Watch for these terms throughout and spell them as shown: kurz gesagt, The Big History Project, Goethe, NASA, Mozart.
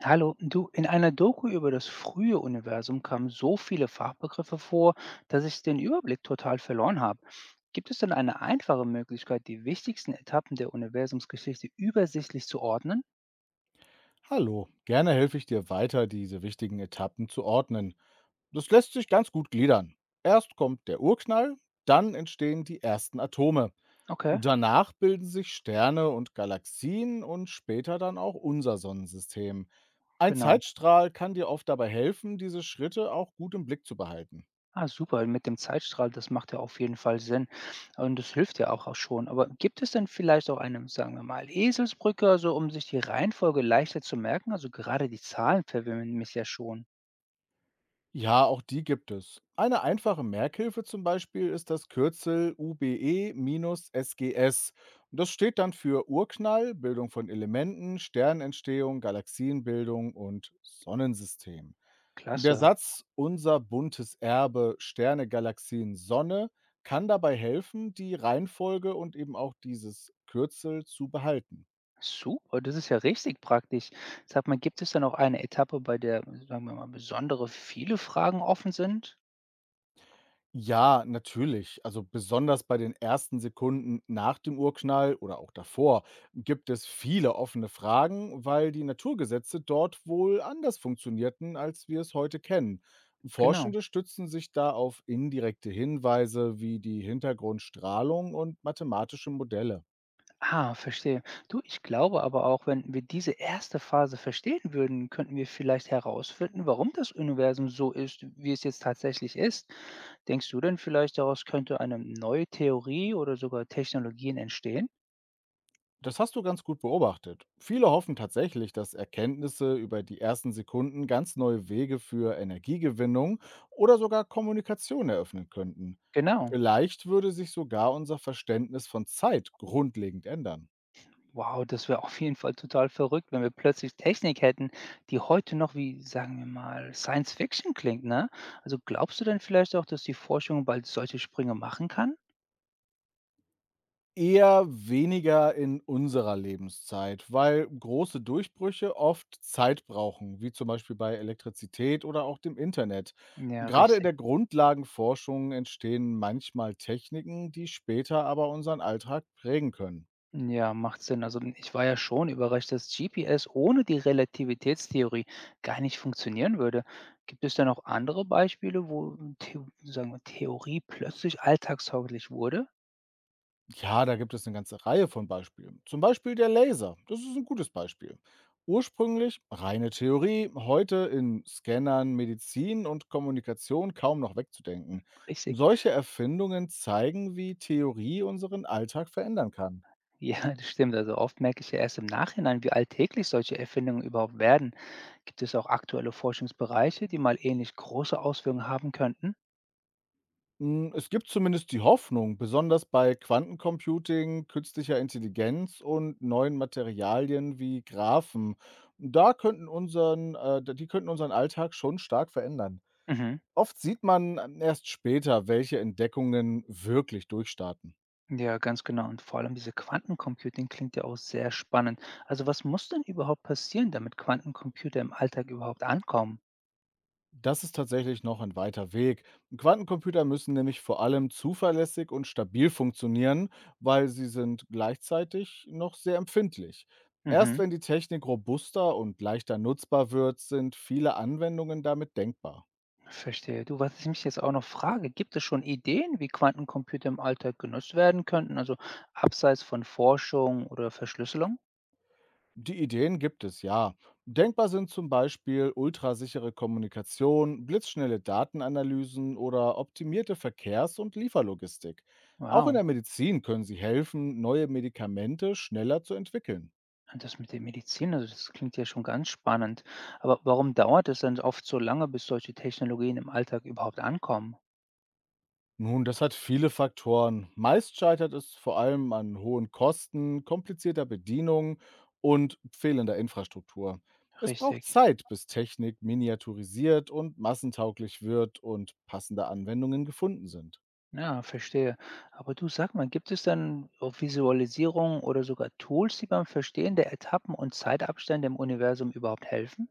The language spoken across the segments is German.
Hallo, du, in einer Doku über das frühe Universum kamen so viele Fachbegriffe vor, dass ich den Überblick total verloren habe. Gibt es denn eine einfache Möglichkeit, die wichtigsten Etappen der Universumsgeschichte übersichtlich zu ordnen? Hallo, gerne helfe ich dir weiter, diese wichtigen Etappen zu ordnen. Das lässt sich ganz gut gliedern. Erst kommt der Urknall, dann entstehen die ersten Atome. Okay, Danach bilden sich Sterne und Galaxien und später dann auch unser Sonnensystem. Ein genau. Zeitstrahl kann dir oft dabei helfen, diese Schritte auch gut im Blick zu behalten. Super, mit dem Zeitstrahl, das macht ja auf jeden Fall Sinn. Und das hilft ja auch, auch schon. Aber gibt es denn vielleicht auch eine, sagen wir mal, Eselsbrücke, also um sich die Reihenfolge leichter zu merken? Also gerade die Zahlen verwirren mich ja schon. Ja, auch die gibt es. Eine einfache Merkhilfe zum Beispiel ist das Kürzel UBE-SGS. Und das steht dann für Urknall, Bildung von Elementen, Sternentstehung, Galaxienbildung und Sonnensystem. Und der Klasse. Satz "Unser buntes Erbe, Sterne, Galaxien, Sonne" kann dabei helfen, die Reihenfolge und eben auch dieses Kürzel zu behalten. Super, das ist ja richtig praktisch. Sag mal, gibt es dann auch eine Etappe, bei der, sagen wir mal, besondere viele Fragen offen sind? Ja, natürlich. Also besonders bei den ersten Sekunden nach dem Urknall oder auch davor gibt es viele offene Fragen, weil die Naturgesetze dort wohl anders funktionierten, als wir es heute kennen. Genau. Forschende stützen sich da auf indirekte Hinweise wie die Hintergrundstrahlung und mathematische Modelle. Verstehe. Du, ich glaube aber auch, wenn wir diese erste Phase verstehen würden, könnten wir vielleicht herausfinden, warum das Universum so ist, wie es jetzt tatsächlich ist. Denkst du denn vielleicht, daraus könnte eine neue Theorie oder sogar Technologien entstehen? Das hast du ganz gut beobachtet. Viele hoffen tatsächlich, dass Erkenntnisse über die ersten Sekunden ganz neue Wege für Energiegewinnung oder sogar Kommunikation eröffnen könnten. Genau. Vielleicht würde sich sogar unser Verständnis von Zeit grundlegend ändern. Wow, das wäre auf jeden Fall total verrückt, wenn wir plötzlich Technik hätten, die heute noch wie, sagen wir mal, Science Fiction klingt, ne? Also glaubst du denn vielleicht auch, dass die Forschung bald solche Sprünge machen kann? Eher weniger in unserer Lebenszeit, weil große Durchbrüche oft Zeit brauchen, wie zum Beispiel bei Elektrizität oder auch dem Internet. Ja, Gerade in richtig. der Grundlagenforschung entstehen manchmal Techniken, die später aber unseren Alltag prägen können. Ja, macht Sinn. Also ich war ja schon überrascht, dass GPS ohne die Relativitätstheorie gar nicht funktionieren würde. Gibt es denn auch andere Beispiele, wo, The sagen wir, Theorie plötzlich alltagstauglich wurde? Ja, da gibt es eine ganze Reihe von Beispielen. Zum Beispiel der Laser. Das ist ein gutes Beispiel. Ursprünglich reine Theorie, heute in Scannern, Medizin und Kommunikation kaum noch wegzudenken. Richtig. Solche Erfindungen zeigen, wie Theorie unseren Alltag verändern kann. Ja, das stimmt. Also oft merke ich ja erst im Nachhinein, wie alltäglich solche Erfindungen überhaupt werden. Gibt es auch aktuelle Forschungsbereiche, die mal ähnlich große Auswirkungen haben könnten? Mm, es gibt zumindest die Hoffnung, besonders bei Quantencomputing, künstlicher Intelligenz und neuen Materialien wie Graphen. Die könnten unseren Alltag schon stark verändern. Mhm. Oft sieht man, erst später, welche Entdeckungen wirklich durchstarten. Ja, ganz genau. Und vor allem diese Quantencomputing klingt ja auch sehr spannend. Also was muss denn überhaupt passieren, damit Quantencomputer im Alltag überhaupt ankommen? Das ist tatsächlich noch ein weiter Weg. Quantencomputer müssen nämlich vor allem zuverlässig und stabil funktionieren, weil sie sind gleichzeitig noch sehr empfindlich. Erst Mhm. wenn die Technik robuster und leichter nutzbar wird, sind viele Anwendungen damit denkbar. Verstehe. Du, was ich mich jetzt auch noch frage, gibt es schon Ideen, wie Quantencomputer im Alltag genutzt werden könnten? Also abseits von Forschung oder Verschlüsselung? Die Ideen gibt es ja. Denkbar sind zum Beispiel ultrasichere Kommunikation, blitzschnelle Datenanalysen oder optimierte Verkehrs- und Lieferlogistik. Auch in Wow. der Medizin können sie helfen, neue Medikamente schneller zu entwickeln. Und das mit der Medizin, also das klingt ja schon ganz spannend. Aber warum dauert es dann oft so lange, bis solche Technologien im Alltag überhaupt ankommen? Nun, das hat viele Faktoren. Meist scheitert es vor allem an hohen Kosten, komplizierter Bedienung und fehlender Infrastruktur. Es braucht Richtig. Zeit, bis Technik miniaturisiert und massentauglich wird und passende Anwendungen gefunden sind. Ja, verstehe. Aber du sag mal, gibt es dann auch Visualisierungen oder sogar Tools, die beim Verstehen der Etappen und Zeitabstände im Universum überhaupt helfen?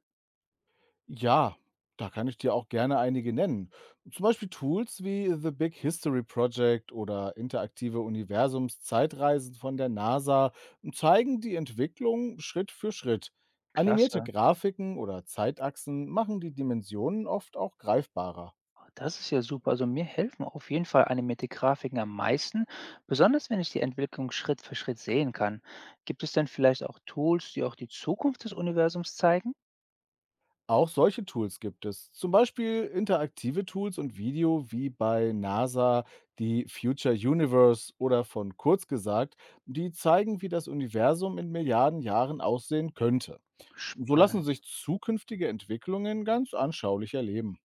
Ja, da kann ich dir auch gerne einige nennen. Zum Beispiel Tools wie The Big History Project oder interaktive Universums-Zeitreisen von der NASA zeigen die Entwicklung Schritt für Schritt. Animierte Klasse. Grafiken oder Zeitachsen machen die Dimensionen oft auch greifbarer. Das ist ja super. Also mir helfen auf jeden Fall animierte Grafiken am meisten, besonders wenn ich die Entwicklung Schritt für Schritt sehen kann. Gibt es denn vielleicht auch Tools, die auch die Zukunft des Universums zeigen? Auch solche Tools gibt es, zum Beispiel interaktive Tools und Video wie bei NASA die Future Universe oder von Kurz Gesagt, die zeigen, wie das Universum in Milliarden Jahren aussehen könnte. So Spannend. lassen sich zukünftige Entwicklungen ganz anschaulich erleben.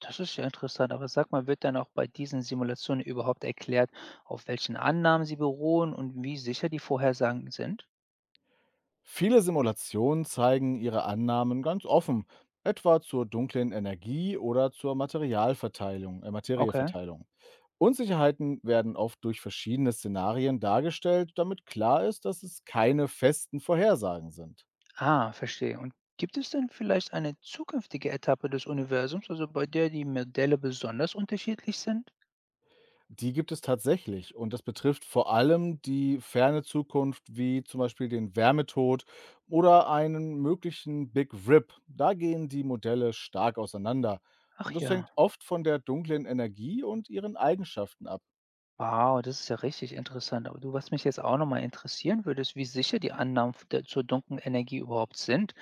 Das ist ja interessant. Aber sag mal, wird dann auch bei diesen Simulationen überhaupt erklärt, auf welchen Annahmen sie beruhen und wie sicher die Vorhersagen sind? Viele Simulationen zeigen ihre Annahmen ganz offen, etwa zur dunklen Energie oder zur Okay. Materieverteilung. Unsicherheiten werden oft durch verschiedene Szenarien dargestellt, damit klar ist, dass es keine festen Vorhersagen sind. Verstehe. Und gibt es denn vielleicht eine zukünftige Etappe des Universums, also bei der die Modelle besonders unterschiedlich sind? Die gibt es tatsächlich und das betrifft vor allem die ferne Zukunft, wie zum Beispiel den Wärmetod oder einen möglichen Big Rip. Da gehen die Modelle stark auseinander. Ach Und das ja. hängt oft von der dunklen Energie und ihren Eigenschaften ab. Wow, das ist ja richtig interessant. Aber du, was mich jetzt auch nochmal interessieren würde, ist, wie sicher die Annahmen zur dunklen Energie überhaupt sind.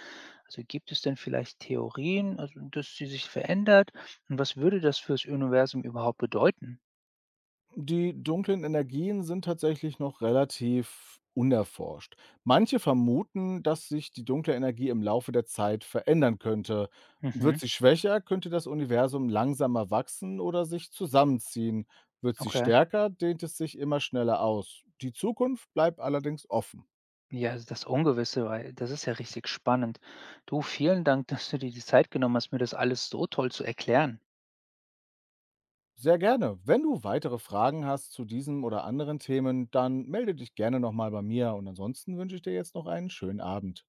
Also gibt es denn vielleicht Theorien, also dass sie sich verändert? Und was würde das fürs Universum überhaupt bedeuten? Die dunklen Energien sind tatsächlich noch relativ unerforscht. Manche vermuten, dass sich die dunkle Energie im Laufe der Zeit verändern könnte. Wird Mhm, sie schwächer, könnte das Universum langsamer wachsen oder sich zusammenziehen. Wird sie okay. stärker, dehnt es sich immer schneller aus. Die Zukunft bleibt allerdings offen. Ja, also das Ungewisse, weil das ist ja richtig spannend. Du, vielen Dank, dass du dir die Zeit genommen hast, mir das alles so toll zu erklären. Sehr gerne. Wenn du weitere Fragen hast zu diesem oder anderen Themen, dann melde dich gerne nochmal bei mir. Und ansonsten wünsche ich dir jetzt noch einen schönen Abend.